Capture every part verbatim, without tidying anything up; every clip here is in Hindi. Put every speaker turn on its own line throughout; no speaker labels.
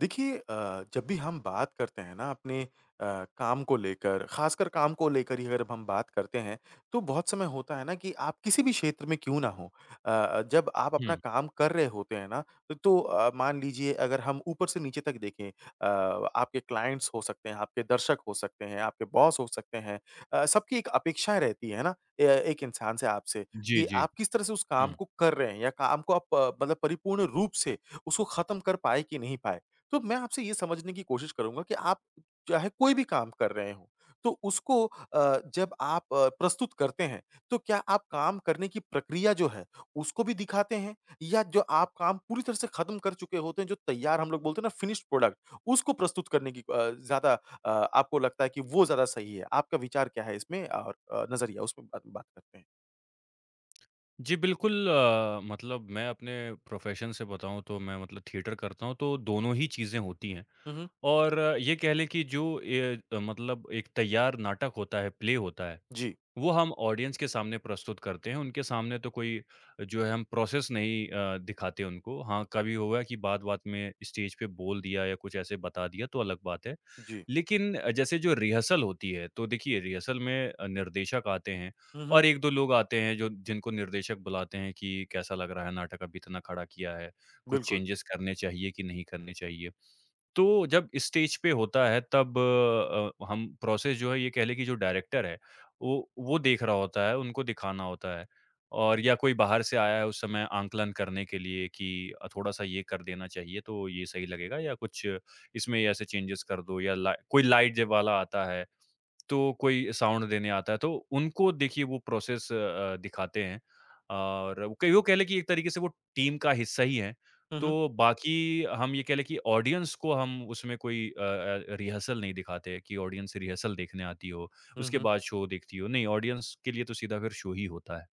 देखिए अ, जब भी हम बात करते हैं ना अपने अ, काम को लेकर खासकर काम को लेकर ही अगर हम बात करते हैं तो बहुत समय होता है ना कि आप किसी भी क्षेत्र में क्यों ना हो। अ, जब आप अपना
हुँ।
काम कर रहे होते हैं ना तो, तो अ, मान लीजिए अगर हम ऊपर से नीचे तक देखें अ, आपके क्लाइंट्स हो सकते हैं, आपके दर्शक हो सकते हैं, आपके बॉस हो सकते हैं। अ, सबकी एक अपेक्षाएं रहती है ना ए- एक इंसान से आपसे
जी,
कि
जी।
आप किस तरह से उस काम
हुँ।
को कर रहे हैं या काम को आप अ, मतलब परिपूर्ण रूप से उसको खत्म कर पाए कि नहीं पाए। तो मैं आपसे ये समझने की कोशिश करूँगा कि आप चाहे कोई भी काम कर रहे हों, तो उसको अ, जब आप अ, प्रस्तुत करते हैं, तो क्या आप काम करने की प्रक्रिया जो है, उसको भी दिखाते हैं? या जो आप काम पूरी तरह से ख़त्म कर चुके होते हैं, जो तैयार हम लोग बोलते हैं ना फिनिश्ड प्रोडक्ट, उसको प्रस्तुत करने की अ, ज़्यादा अ, आपको लगता है कि वो ज़्यादा सही है? आपका विचार क्या है इसमें और अ, नज़रिया उसमें बाद में बात करते हैं।
जी, बिल्कुल अ, मतलब मैं अपने प्रोफ़ेशन से बताऊँ तो मैं मतलब थिएटर करता हूँ, तो दोनों ही चीज़ें होती हैं
हुँ, हुँ।
और ये कह लें कि जो ये मतलब एक तैयार नाटक होता है, प्ले होता है
जी,
वो हम ऑडियंस के सामने प्रस्तुत करते हैं, उनके सामने तो कोई जो है हम प्रोसेस नहीं अ, दिखाते उनको। हाँ, कभी हुआ है कि बात-बात में स्टेज पे बोल दिया या कुछ ऐसे बता दिया तो अलग बात है।
जी।
लेकिन जैसे जो रिहर्सल होती है, तो देखिए रिहर्सल में अ, निर्देशक आते हैं
हुँ, हुँ।
और एक-दो लोग आते हैं जो जिनको निर्देशक बुलाते हैं कि कैसा लग रहा है नाटक, अभी इतना खड़ा किया है, कुछ
बिल्कुल।
चेंजेस करने चाहिए कि नहीं करने चाहिए। तो जब स्टेज पे होता है तब अ, हम प्रोसेस जो है ये कह लें कि जो डायरेक्टर है वो वो देख रहा होता है, उनको दिखाना होता है और या कोई बाहर से आया है उस समय आंकलन करने के लिए कि अ, थोड़ा-सा ये कर देना चाहिए तो ये सही लगेगा या कुछ इसमें ऐसे चेंजेस कर दो या ला कोई लाइट जब वाला आता है तो कोई साउंड देने आता है, तो उनको देखिए वो प्रोसेस अ अ, दिखाते हैं और वो कई वो कह लें कि एक तरीके से वो टीम का हिस्सा ही हैं,
हुँ, हुँ।
तो बाकी हम ये कह लें कि ऑडियंस को हम उसमें कोई अ अ, रिहर्सल नहीं दिखाते कि ऑडियंस रिहर्सल देखने आती हो,
हुँ,
उसके
हुँ।
बाद शो देखती हो, नहीं ऑडियंस के लिए तो सीधा फिर शो ही होता है।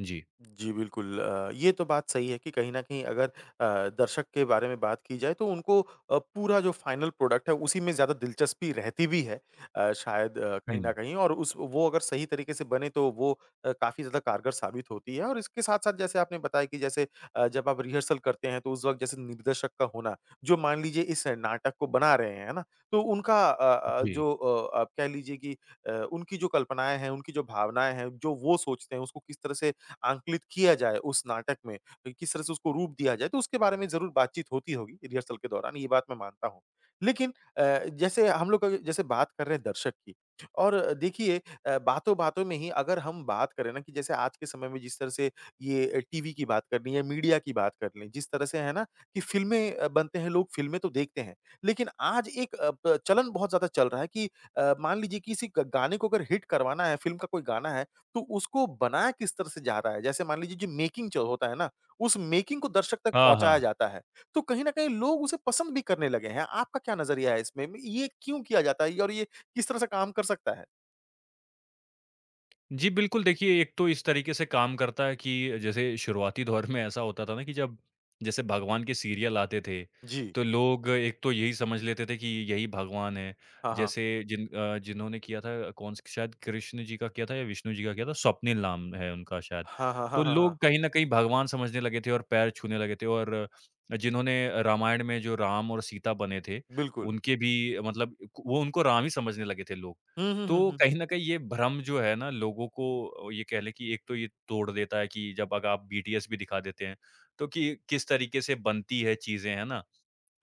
जी।
जी, बिल्कुल। अ, ये तो बात सही है कि कहीं न कहीं अगर अ, दर्शक के बारे में बात की जाए तो उनको अ, पूरा जो फाइनल प्रोडक्ट है उसी में ज़्यादा दिलचस्पी रहती भी है। अ, शायद अ, कहीं
हुँ,
न कहीं, और उस वो अगर सही तरीके से बने तो वो अ, काफ़ी ज़्यादा कारगर साबित होती है। और इसके साथ-साथ जैसे आपने बताया कि जैसे अ, जब आप रिहर्सल करते हैं तो उस वक़्त जैसे निर्देशक का होना, जो मान लीजिए इस नाटक को बना रहे हैं, है ना? तो उनका अ अ,
जी।
जो अ, आप कह लीजिए कि अ, उनकी जो कल्पनाएँ हैं, उनकी जो भावनाएँ हैं, जो वो सोचते हैं उसको किस तरह से अंकुलित किया जाए उस नाटक में, किस तरह से उसको रूप दिया जाए, तो उसके बारे में ज़रूर बातचीत होती होगी रिहर्सल के दौरान, ये बात मैं मानता हूँ। लेकिन अ, जैसे हम लोग अग जैसे बात कर रहे हैं दर्शक की। और देखिए अ, बातों-बातों में ही अगर हम बात करें ना कि जैसे आज के समय में जिस तरह से ये टीवी की बात कर लें या मीडिया की बात कर लें, जिस तरह से है ना कि फ़िल्में अ, बनते हैं, लोग फ़िल्में तो देखते हैं, लेकिन आज एक अ, प चलन बहुत ज़्यादा चल रहा है कि अ, मान लीजिए किसी ग गाने को अगर हिट करवाना है, फ़िल्म का कोई गाना है, तो उसको बनाया किस तरह से जा रहा है? जैसे मान लीजिए जो मेकिंग जो होता है ना, उस मेकिंग को दर्शक तक
हाँ,
पहुँचाया
हाँ।
जाता है। तो कहीं न कहीं लोग उसे पसंद भी करने लगे हैं। आपका क्या नज़रिया है इसमें? ये क्यों किया जाता है और ये किस तरह से काम कर सकता है?
जी, बिल्कुल देखिए, एक तो इस तरीके से काम करता है कि जैसे शुरुआती दौर में ऐसा होता था ना कि जब जैसे भगवान के सीरियल आते थे,
जी।
तो लोग एक तो यही समझ लेते थे कि यही भगवान है।
हाँ, हाँ।
जैसे जिन अ, जिन्होंने किया था कौन स शायद कृष्ण जी का किया था या विष्णु जी का किया था, स्वप्निल नाम है उनका शायद।
हाँ, हाँ, हाँ,
तो
हाँ,
लोग
हाँ।
कहीं न कहीं भगवान समझने लगे थे और पैर छूने लगे थे और जिन्होंने रामायण में जो राम और सीता बने थे,
बिल्कुल।
उनके भी मतलब क वो उनको राम ही समझने लगे थे लोग।
हुँ, हुँ, हुँ,
तो
हुँ,
कहीं
हुँ।
न कहीं ये भ्रम जो है ना लोगों को ये कह लें कि एक तो ये तोड़ देता है कि जब अगर आप बीटीएस भी दिखा देते हैं, तो कि किस तरीके से बनती है चीज़ें, है ना?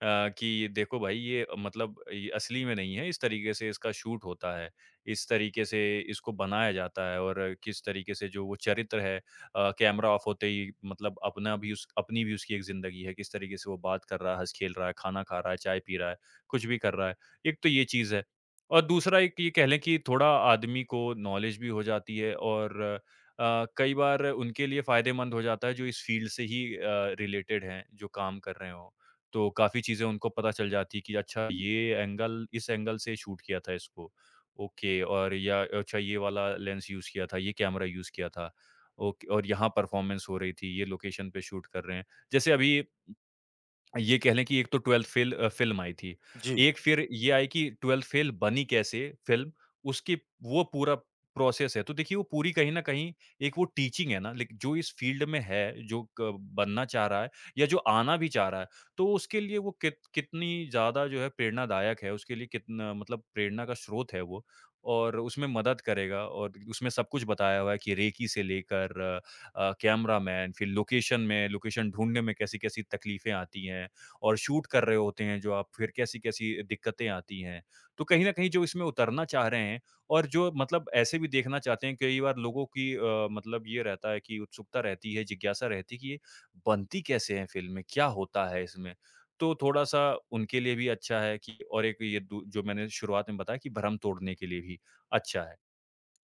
अ, कि देखो भाई ये मतलब ये असली में नहीं है, इस तरीके से इसका शूट होता है, इस तरीके से इसको बनाया जाता है और किस तरीके से जो वो चरित्र है अ, कैमरा ऑफ होते ही मतलब अपना भी उस अपनी भी उसकी एक ज़िंदगी है, किस तरीके से वो बात कर रहा है, हँस-खेल रहा है, खाना खा रहा है, चाय पी रहा है, कुछ भी कर रहा है। एक तो ये चीज़ है और दूसरा एक ये कह लें कि थोड़ा आदमी को नॉलेज भी हो जाती है और अ, कई बार उनके लिए फ़ायदेमंद हो जाता है जो इस फ़ील्ड से ही अ, रिलेटेड हैं, जो काम कर रहे हों। तो काफ़ी चीज़ें उनको पता चल जाती कि अच्छा ये एंगल इस एंगल से शूट किया था इसको, ओके और या अच्छा ये वाला लेंस यूज़ किया था, ये कैमरा यूज़ किया था, ओके और यहाँ परफ़ॉर्मेंस हो रही थी, ये लोकेशन पे शूट कर रहे हैं। जैसे अभी ये कह लें कि एक तो ट्वेल्थ फेल अ, फ़िल्म आई थी।
जी।
एक फिर ये आई कि ट्वेल्थ फेल बनी कैसे फ़िल्म, उसकी वो पूरा प्रोसेस है। तो देखिए, वो पूरी कहीं न कहीं एक वो टीचिंग है ना लेक जो इस फ़ील्ड में है, जो क बनना चाह रहा है या जो आना भी चाह रहा है, तो उसके लिए वो कित कितनी ज़्यादा जो है प्रेरणादायक है, उसके लिए कितना मतलब प्रेरणा का स्रोत है वो और उसमें मदद करेगा और उसमें सब कुछ बताया हुआ है कि रेकी से लेकर अ, कैमरामैन, फिर लोकेशन में लोकेशन ढूँढने में कैसी-कैसी तकलीफ़ें आती हैं और शूट कर रहे होते हैं जो आप, फिर कैसी-कैसी दिक्कतें आती हैं। तो कहीं न कहीं जो इसमें उतरना चाह रहे हैं और जो मतलब ऐसे भी देखना चाहते हैं, कई बार लोगों की अ, मतलब ये रहता है कि उत्सुकता रहती है, जिज्ञासा रहती है कि ये बनती कैसे हैं फ़िल्में, क्या होता है इसमें? तो थोड़ा-सा उनके लिए भी अच्छा है कि और एक ये दू जो मैंने शुरुआत में बताया कि भ्रम तोड़ने के लिए भी अच्छा है।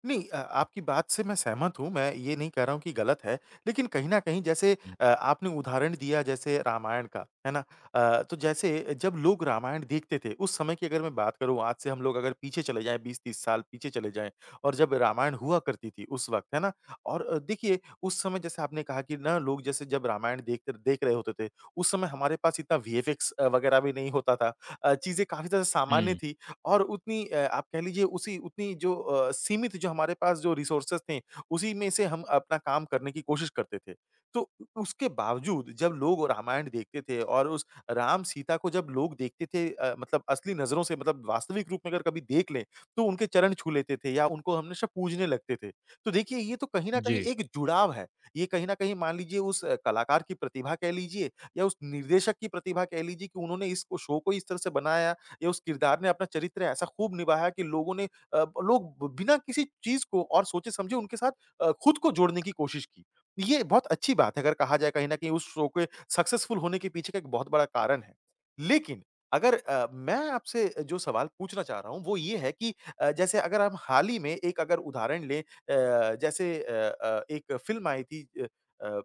नहीं अ, आपकी बात से मैं सहमत हूँ, मैं ये नहीं कह रहा हूँ कि गलत है। लेकिन कहीं न कहीं जैसे
हुँ।
अ, आपने उदाहरण दिया जैसे रामायण का, है ना? अ, तो जैसे जब लोग रामायण देखते थे, उस समय की अगर मैं बात करूँ आज से हम लोग अगर पीछे चले जाएँ बीस तीस साल पीछे चले जाएँ, और जब रामायण हुआ करती थी उस वक़्त, है ना? और अ, देखिए उस समय जैसे आपने कहा कि ना लोग जैसे जब रामायण देखते देख रहे होते थे, उस समय हमारे पास इतना वीएफएक्स अ, वगैरह भी नहीं होता था। अ, चीज़ें काफ़ी ज़्यादा सामान्य
हुँ।
थी और उतनी अ, आप कह लीजिए उसी उतनी जो अ, सीमित जो हमारे पास जो रिसोर्सेस थे, उसी में से हम अपना काम करने की कोशिश करते थे। तो उ उसके बावजूद जब लोग रामायण देखते थे और उस राम-सीता को जब लोग देखते थे अ, मतलब असली नज़रों से मतलब वास्तविक रूप में अगर कभी देख लें, तो उनके चरण छू लेते थे या उनको हमेशा पूजने लगते थे। तो देखिए ये तो कहीं न कहीं
जी।
एक जुड़ाव है। ये कहीं न कहीं मान लीजिए उस अ, कलाकार की प्रतिभा कह लीजिए या उस निर्देशक की प्रतिभा कह लीजिए कि उन्होंने इसको शो को इस तरह से बनाया या उस किरदार ने अपना चरित्र ऐसा खूब निभाया कि लोगों ने अ, लोग बिना किसी चीज़ को और सोचे-समझे उनके साथ अ, खुद को जोड़ने की कोशिश की। ये बहुत अच्छी बात है अगर कहा जाए, कहीं न कहीं उस शो के सक्सेसफुल होने के पीछे का एक बहुत बड़ा कारण है। लेकिन अगर अ, मैं आपसे जो सवाल पूछना चाह रहा हूँ वो ये है कि अ, जैसे अगर हम हाल ही में एक अगर उदाहरण लें अ, जैसे अ अ, एक फ़िल्म आई थी अ अ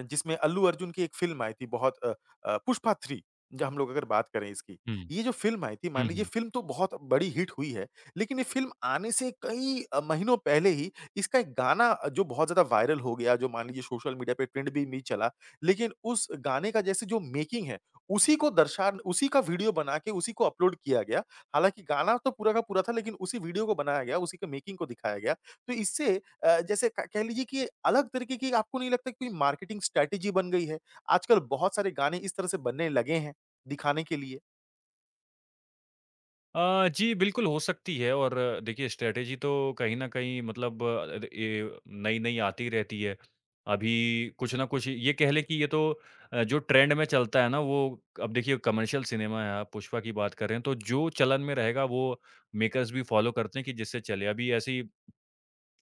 जिसमें अल्लू अर्जुन की एक फ़िल्म आई थी बहुत अ अ, पुष्पा थ्री, जो हम लोग अगर बात करें इसकी।
हुँ।
ये जो फ़िल्म आई थी
हुँ,
मान लीजिए,
हुँ।
फ़िल्म तो बहुत बड़ी हिट हुई है, लेकिन ये फ़िल्म आने से कई अ, महीनों पहले ही इसका एक गाना अ, जो बहुत ज़्यादा वायरल हो गया, जो मान लीजिए सोशल मीडिया पे ट्रेंड भी में चला। लेकिन उस गाने का जैसे जो मेकिंग है, उसी को दर्शान उसी का वीडियो बना के उसी को अपलोड किया गया। हालाँकि गाना तो पूरा का पूरा था लेकिन उसी वीडियो को बनाया गया, उसी के मेकिंग को दिखाया गया। तो इससे अ, जैसे क कह लीजिए कि अलग तरीके की, आपको नहीं लगता कि कोई मार्केटिंग स्ट्रैटेजी बन गई है? आजकल बहुत सारे गाने इस तरह से बनने लगे हैं, दिखाने के लिए।
अ, जी, बिल्कुल हो सकती है और अ, देखिए स्ट्रैटेजी तो कहीं न कहीं मतलब अ, ये नई-नई आती रहती है। अभी कुछ ना कुछ ये कह लें कि ये तो अ, जो ट्रेंड में चलता है ना वो अब देखिए कमर्शियल सिनेमा है, आप पुष्पा की बात कर रहे हैं, तो जो चलन में रहेगा वो मेकर्स भी फ़ॉलो करते हैं कि जिससे चले। अभी ऐसी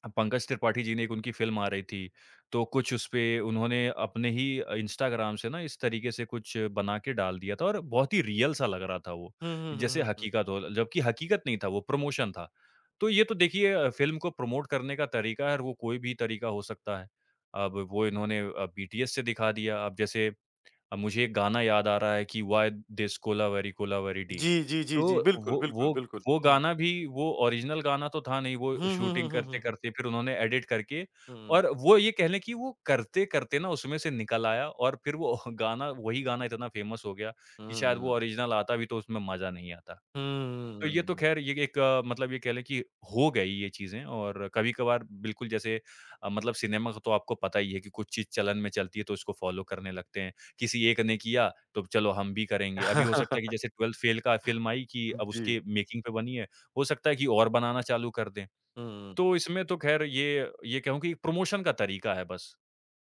अ, पंकज त्रिपाठी जी ने एक उनकी फ़िल्म आ रही थी, तो कुछ उसपे उन्होंने अपने ही अ, इंस्टाग्राम से ना इस तरीके से कुछ बना के डाल दिया था और बहुत ही रियल सा लग रहा था वो,
हुँ, हुँ, हुँ,
जैसे
हुँ, हुँ।
हकीकत हो जबकि हकीकत नहीं था वो प्रमोशन था। तो ये तो देखिए अ, फ़िल्म को प्रमोट करने का तरीका है और वो कोई भी तरीका हो सकता है। अब वो इन्होंने अ, बीटीएस से दिखा दिया, अब जैसे अब मुझे एक गाना याद आ रहा है कि व्हाई दिस कोलावेरी कोलावेरी डी।
जी, जी, जी,
तो
जी। बिल्कुल,
वो
बिल्कुल,
वो
बिल्कुल।
वो
हुँ।
गाना भी वो ओरिजिनल गाना तो था नहीं, वो
हुँ, हुँ, हुँ,
शूटिंग
हुँ, हुँ, हुँ।
करते-करते फिर उन्होंने एडिट करके
हुँ,
और वो ये कह लें कि वो करते-करते ना उसमें से निकल आया और फिर वो गाना वही गाना इतना फ़ेमस हो गया कि
हुँ,
शायद
हुँ,
वो ओरिजिनल आता भी तो उसमें मज़ा नहीं आता। तो
हुँ,
ये तो
हुँ।
ख़ैर ये एक अ, मतलब ये कह लें कि हो गई ये चीज़ें और कभी-कभार बिल्कुल जैसे अ, मतलब सिनेमा का तो आपको पता ही है कि कुछ चीज़ चलन में चलती है तो उसको फ़ॉलो करने लगते हैं। किसी एक ने किया तो चलो हम भी करेंगे। अभी हो सकता है कि जैसे ट्वेल्थ फ़ेल का फ़िल्म आई कि अब
जी।
उसके मेकिंग पे बनी है, हो सकता है कि और बनाना चालू कर दें।
हुँ,
तो इसमें तो ख़ैर ये ये कहूँ कि एक प्रमोशन का तरीका है बस।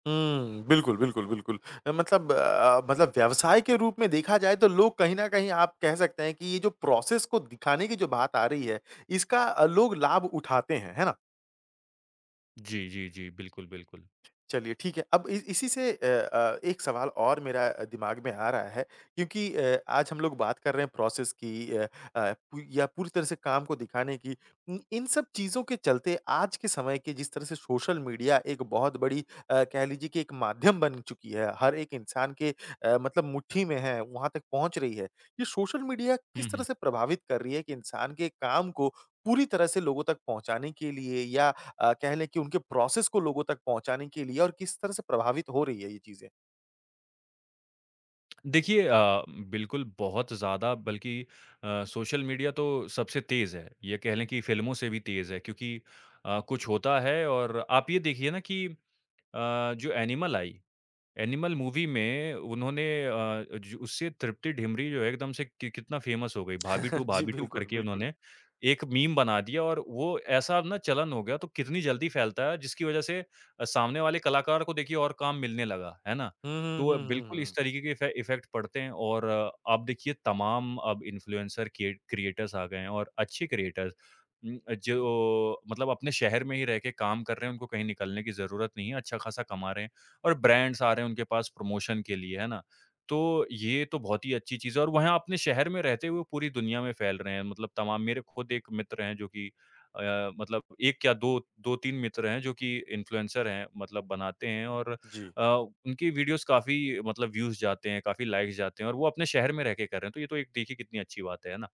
हुँ। बिल्कुल, बिल्कुल, बिल्कुल। अ, मतलब अ, मतलब व्यवसाय के रूप में देखा जाए तो लोग कहीं न कहीं आप कह सकते हैं कि ये जो प्रोसेस को दिखाने की जो बात आ रही है, इसका अ, लोग लाभ उठाते हैं, है ना?
जी, जी, जी। बिल्कुल, बिल्कुल।
चलिए ठीक है। अब इ इसी से अ अ, एक सवाल और मेरा अ, दिमाग में आ रहा है क्योंकि अ, आज हम लोग बात कर रहे हैं प्रोसेस की अ अ, पू या पूरी तरह से काम को दिखाने की। इन इन सब चीज़ों के चलते आज के समय के जिस तरह से सोशल मीडिया एक बहुत बड़ी अ, कह लीजिए कि एक माध्यम बन चुकी है, हर एक इंसान के अ, मतलब मुट्ठी में है, वहाँ तक पहुँच रही है। ये सोशल मीडिया
हुँ,
किस तरह
हुँ।
से प्रभावित कर रही है कि इंसान के काम को पूरी तरह से लोगों तक पहुँचाने के लिए या अ, कह लें कि उनके प्रोसेस को लोगों तक पहुँचाने के लिए, और किस तरह से प्रभावित हो रही है ये चीज़ें।
देखिए अ, बिल्कुल बहुत ज़्यादा बल्कि अ, सोशल मीडिया तो सबसे तेज़ है। ये कह लें कि फ़िल्मों से भी तेज़ है क्योंकि अ, कुछ होता है और आप ये देखिए ना कि अ, जो एनिमल आई एनिमल मूवी में उन्होंने अ, ज उससे तृप्ति ढिमरी जो है एकदम से कि कितना फ़ेमस हो गई, भाभी टू
जी,
भाभी टू
बिल्कुल,
करके
बिल्कुल।
उन्होंने एक मीम बना दिया और वो ऐसा ना चलन हो गया तो कितनी जल्दी फैलता है जिसकी वज़ह से अ, सामने वाले कलाकार को देखिए और काम मिलने लगा, है ना?
हुँ, हुँ,
तो
हुँ, हुँ,
बिल्कुल
हुँ।
इस तरीके के इफे इफ़ेक्ट पड़ते हैं और अ, आप देखिए तमाम अब इन्फ्लुएंसर क्रिए क्रिएटर्स आ गए हैं और अच्छे क्रिएटर्स उम, जो मतलब अपने शहर में ही रह के काम कर रहे हैं, उनको कहीं निकलने की ज़रूरत नहीं है, अच्छा-खासा कमा रहे हैं। और ब्रांड्स आ रहे हैं उनके पास प्रमोशन के लिए, है ना? तो ये तो बहुत ही अच्छी चीज़ है और वहाँ अपने शहर में रहते हुए पूरी दुनिया में फैल रहे हैं मतलब तमाम मेरे खुद एक मित्र हैं जो कि अ, मतलब एक क्या दो दो-तीन मित्र हैं जो कि इन्फ्लुएंसर हैं मतलब बनाते हैं और
जी,
अ, उनकी वीडियोज़ काफ़ी मतलब व्यूज़ जाते हैं, काफ़ी लाइक्स जाते हैं और वो अपने शहर में रह के कर रहे हैं, तो ये तो एक देखिए कितनी अच्छी बात है, है ना?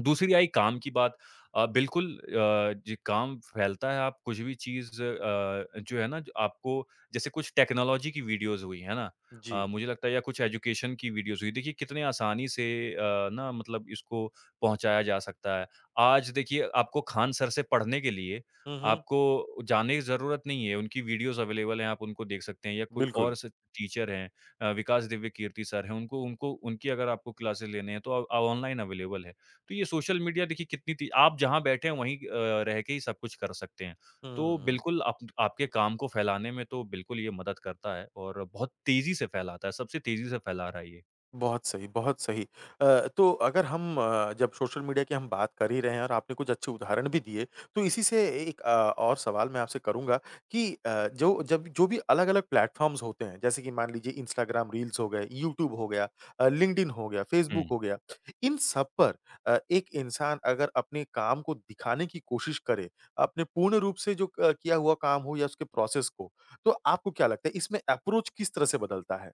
दूसरी आई काम की बात। अ, बिल्कुल अ, जी काम फैलता है, आप कुछ भी चीज़ अ, जो है ना ज आपको जैसे कुछ टेक्नोलॉजी की वीडियोज़ हुई, है ना?
जी।
अ, मुझे लगता है या कुछ एजुकेशन की वीडियोज़ हुई, देखिए कितने आसानी से अ, ना मतलब इसको पहुँचाया जा सकता है। आज देखिए आपको खान सर से पढ़ने के लिए
हुँ, हुँ।
आपको जाने की ज़रूरत नहीं है, उनकी वीडियोज़ अवेलेबल हैं, आप उनको देख सकते हैं या कोई
बिल्कुल।
और स टीचर हैं अ, विकास दिव्य कीर्ति सर हैं, उनको उनको उनकी अगर आपको क्लासेस लेने हैं तो अ, ऑनलाइन अवेलेबल है। तो ये सोशल मीडिया देखिए कितनी ती आप जहाँ बैठे हैं वहीं अ, रह के ही सब कुछ कर सकते हैं।
हुँ,
तो
हुँ, हुँ।
बिल्कुल आप आपके काम को फैलाने में तो बिल्कुल ये मदद करता है और बहुत तेज़ी से फैलाता है, सबसे तेज़ी से फैला रहा है ये।
बहुत सही, बहुत सही। अ, तो अगर हम अ, जब सोशल मीडिया की हम बात कर ही रहे हैं और आपने कुछ अच्छे उदाहरण भी दिए, तो इसी से एक अ, और सवाल मैं आपसे करूँगा कि अ, जो जब जो भी अलग-अलग प्लेटफ़ॉर्म्स होते हैं, जैसे कि मान लीजिए इंस्टाग्राम रील्स हो गए, यूट्यूब हो गया, अ, लिंक्डइन हो गया,
हुँ।
फेसबुक हो गया, इन सब पर अ, एक इंसान अगर अपने काम को दिखाने की कोशिश करे, अपने पूर्ण रूप से जो क किया हुआ काम हो या उसके प्रोसेस को, तो आपको क्या लगता है इसमें अप्रोच किस तरह से बदलता है?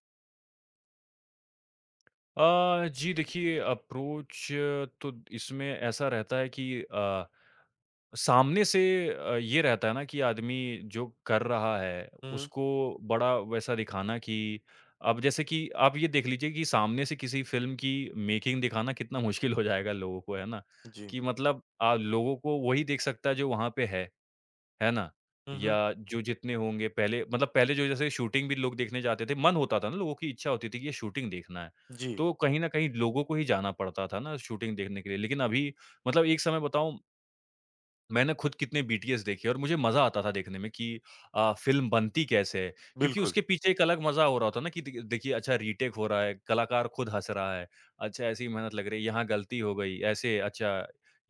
अ, जी देखिए अप्रोच तो इसमें ऐसा रहता है कि अ, सामने से अ, ये रहता है ना कि आदमी जो कर रहा है
हुँ, हुँ।
उसको बड़ा वैसा दिखाना कि अब जैसे कि आप ये देख लीजिए कि सामने से किसी फिल्म की मेकिंग दिखाना कितना मुश्किल हो जाएगा लोगों को है ना
जी।
कि मतलब आ, लोगों को वही देख सकता है जो वहां पे है है ना?
हुँ,
या
हुँ।
जो जितने होंगे पहले मतलब पहले जो जैसे शूटिंग भी लोग देखने जाते थे, मन होता था ना लोगों की इच्छा होती थी कि ये शूटिंग देखना है।
जी,
तो कहीं न कहीं लोगों को ही जाना पड़ता था ना शूटिंग देखने के लिए। लेकिन अभी मतलब एक समय बताऊँ मैंने खुद कितने बीटीएस देखे और मुझे मज़ा आता था देखने में कि अ, फ़िल्म बनती कैसे है? क्योंकि
बिल्कुल।
उसके पीछे एक अलग मज़ा हो रहा होता है ना कि देखिए देखिए अच्छा रीटेक हो रहा है, कलाकार खुद हँस रहा है, अच्छा ऐसी मेहनत लग रही है, यहाँ गलती हो गई, ऐसे अच्छा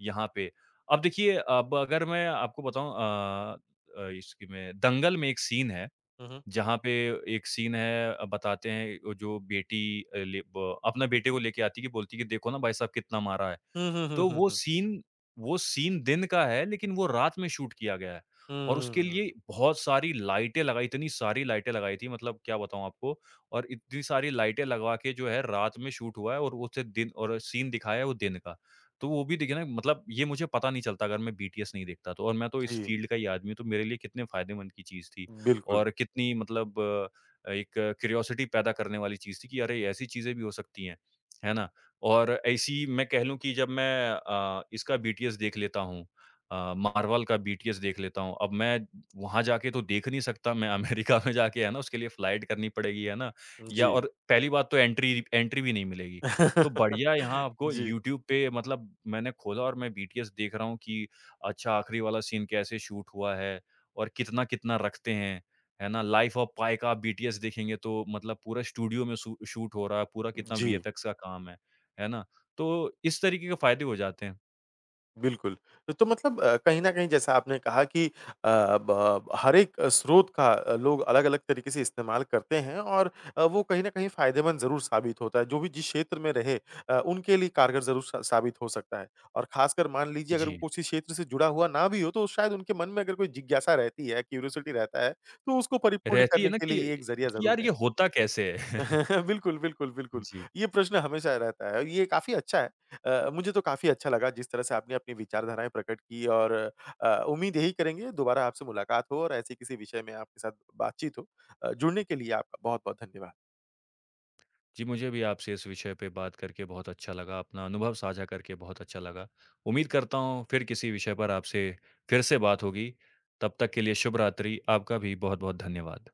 यहाँ पे। अब देखिए अब अगर मैं आपको बताऊँ अ अ, इसकी में दंगल में एक सीन है,
हुँ, हुँ।
जहाँ पे एक सीन है अ, बताते हैं वो जो बेटी अ, ले ब अपने बेटे को लेके आती है कि बोलती है कि देखो ना भाई साहब कितना मारा है।
हुँ, हुँ, हुँ,
तो
हुँ,
वो
हुँ।
सीन वो सीन दिन का है लेकिन वो रात में शूट किया गया है और
हुँ,
उसके
हुँ,
लिए
हुँ।
बहुत सारी लाइटें लगाई इतनी सारी लाइटें लगाई थी मतलब क्या बताऊँ आपको और इतनी सारी लाइटें लगवा के जो है रात में शूट हुआ है और उसे दिन और सीन दिखाया है वो दिन का। तो वो भी देखिए ना मतलब ये मुझे पता नहीं चलता अगर मैं बीटीएस नहीं देखता तो और मैं तो इस
जी,
फ़ील्ड का ही आदमी हूँ तो मेरे लिए कितने फ़ायदेमंद की चीज़ थी
बिल्कुल।
और कितनी मतलब अ, एक क्यूरियोसिटी पैदा करने वाली चीज़ थी कि अरे! ऐसी चीज़ें भी हो सकती हैं। है ना? और ऐसी मैं कह लूँ कि जब मैं अ, इसका बीटीएस देख लेता हूँ अ, मार्वल का बीटीएस देख लेता हूँ। अब मैं वहाँ जाके तो देख नहीं सकता मैं अमेरिका में जाके है ना उसके लिए फ्लाइट करनी पड़ेगी, है ना?
जी।
या और पहली बात तो एंट्री एंट्री भी नहीं मिलेगी। तो बढ़िया यहाँ आपको
जी,
यूट्यूब पे मतलब मैंने खोला और मैं बीटीएस देख रहा हूँ कि अच्छा आखिरी वाला सीन कैसे शूट हुआ है और कितना-कितना रखते हैं, है ना? लाइफ ऑफ पाई का आप बीटीएस देखेंगे तो मतलब पूरा स्टूडियो में शू शूट हो रहा है, पूरा कितना
जी।
वीएफएक्स का काम है। है ना? तो इस तरीके के फ़ायदे हो जाते हैं।
बिल्कुल। तो तो मतलब अ, कहीं न कहीं जैसा आपने कहा कि अ, ब हर एक अ, स्रोत का अ, लोग अलग-अलग तरीके से इस्तेमाल करते हैं, और अ, वो कहीं न कहीं फ़ायदेमंद ज़रूर साबित होता है। जो भी जिस क्षेत्र में रहे अ, उनके लिए कारगर ज़रूर सा साबित हो सकता है। और ख़ासकर मान लीजिए अगर वो
जी,
उसी क्षेत्र से जुड़ा हुआ ना भी हो तो शायद उनके मन में अगर कोई जिज्ञासा रहती है, क्यूरियोसिटी रहता है, तो उसको परिपूर्ण
रहती है
करने
ना
के
कि
लिए ये एक ज़रिया
कि
ज़रूर
यार
है।
ये होता कैसे है?
बिल्कुल, बिल्कुल, बिल्कुल।
जी।
ये प्रश्न हमेशा रहता है और ये काफ़ी अच्छा है। अ, मुझे तो काफ़ी अच्छा लगा जिस तरह से आपने अपनी विचारधाराएँ प्रकट की, और अ, उम्मीद यही करेंगे दोबारा आपसे मुलाकात हो और ऐसे किसी विषय में आपके साथ बातचीत हो। अ, जुड़ने के लिए आपका बहुत-बहुत धन्यवाद।
जी, मुझे भी आपसे इस विषय पे बात करके बहुत अच्छा लगा, अपना अनुभव साझा करके बहुत अच्छा लगा। उम्मीद करता हूँ फिर किसी विषय पर आपसे फिर से बात होगी। तब तक के लिए शुभ रात्रि। आपका भी बहुत-बहुत धन्यवाद।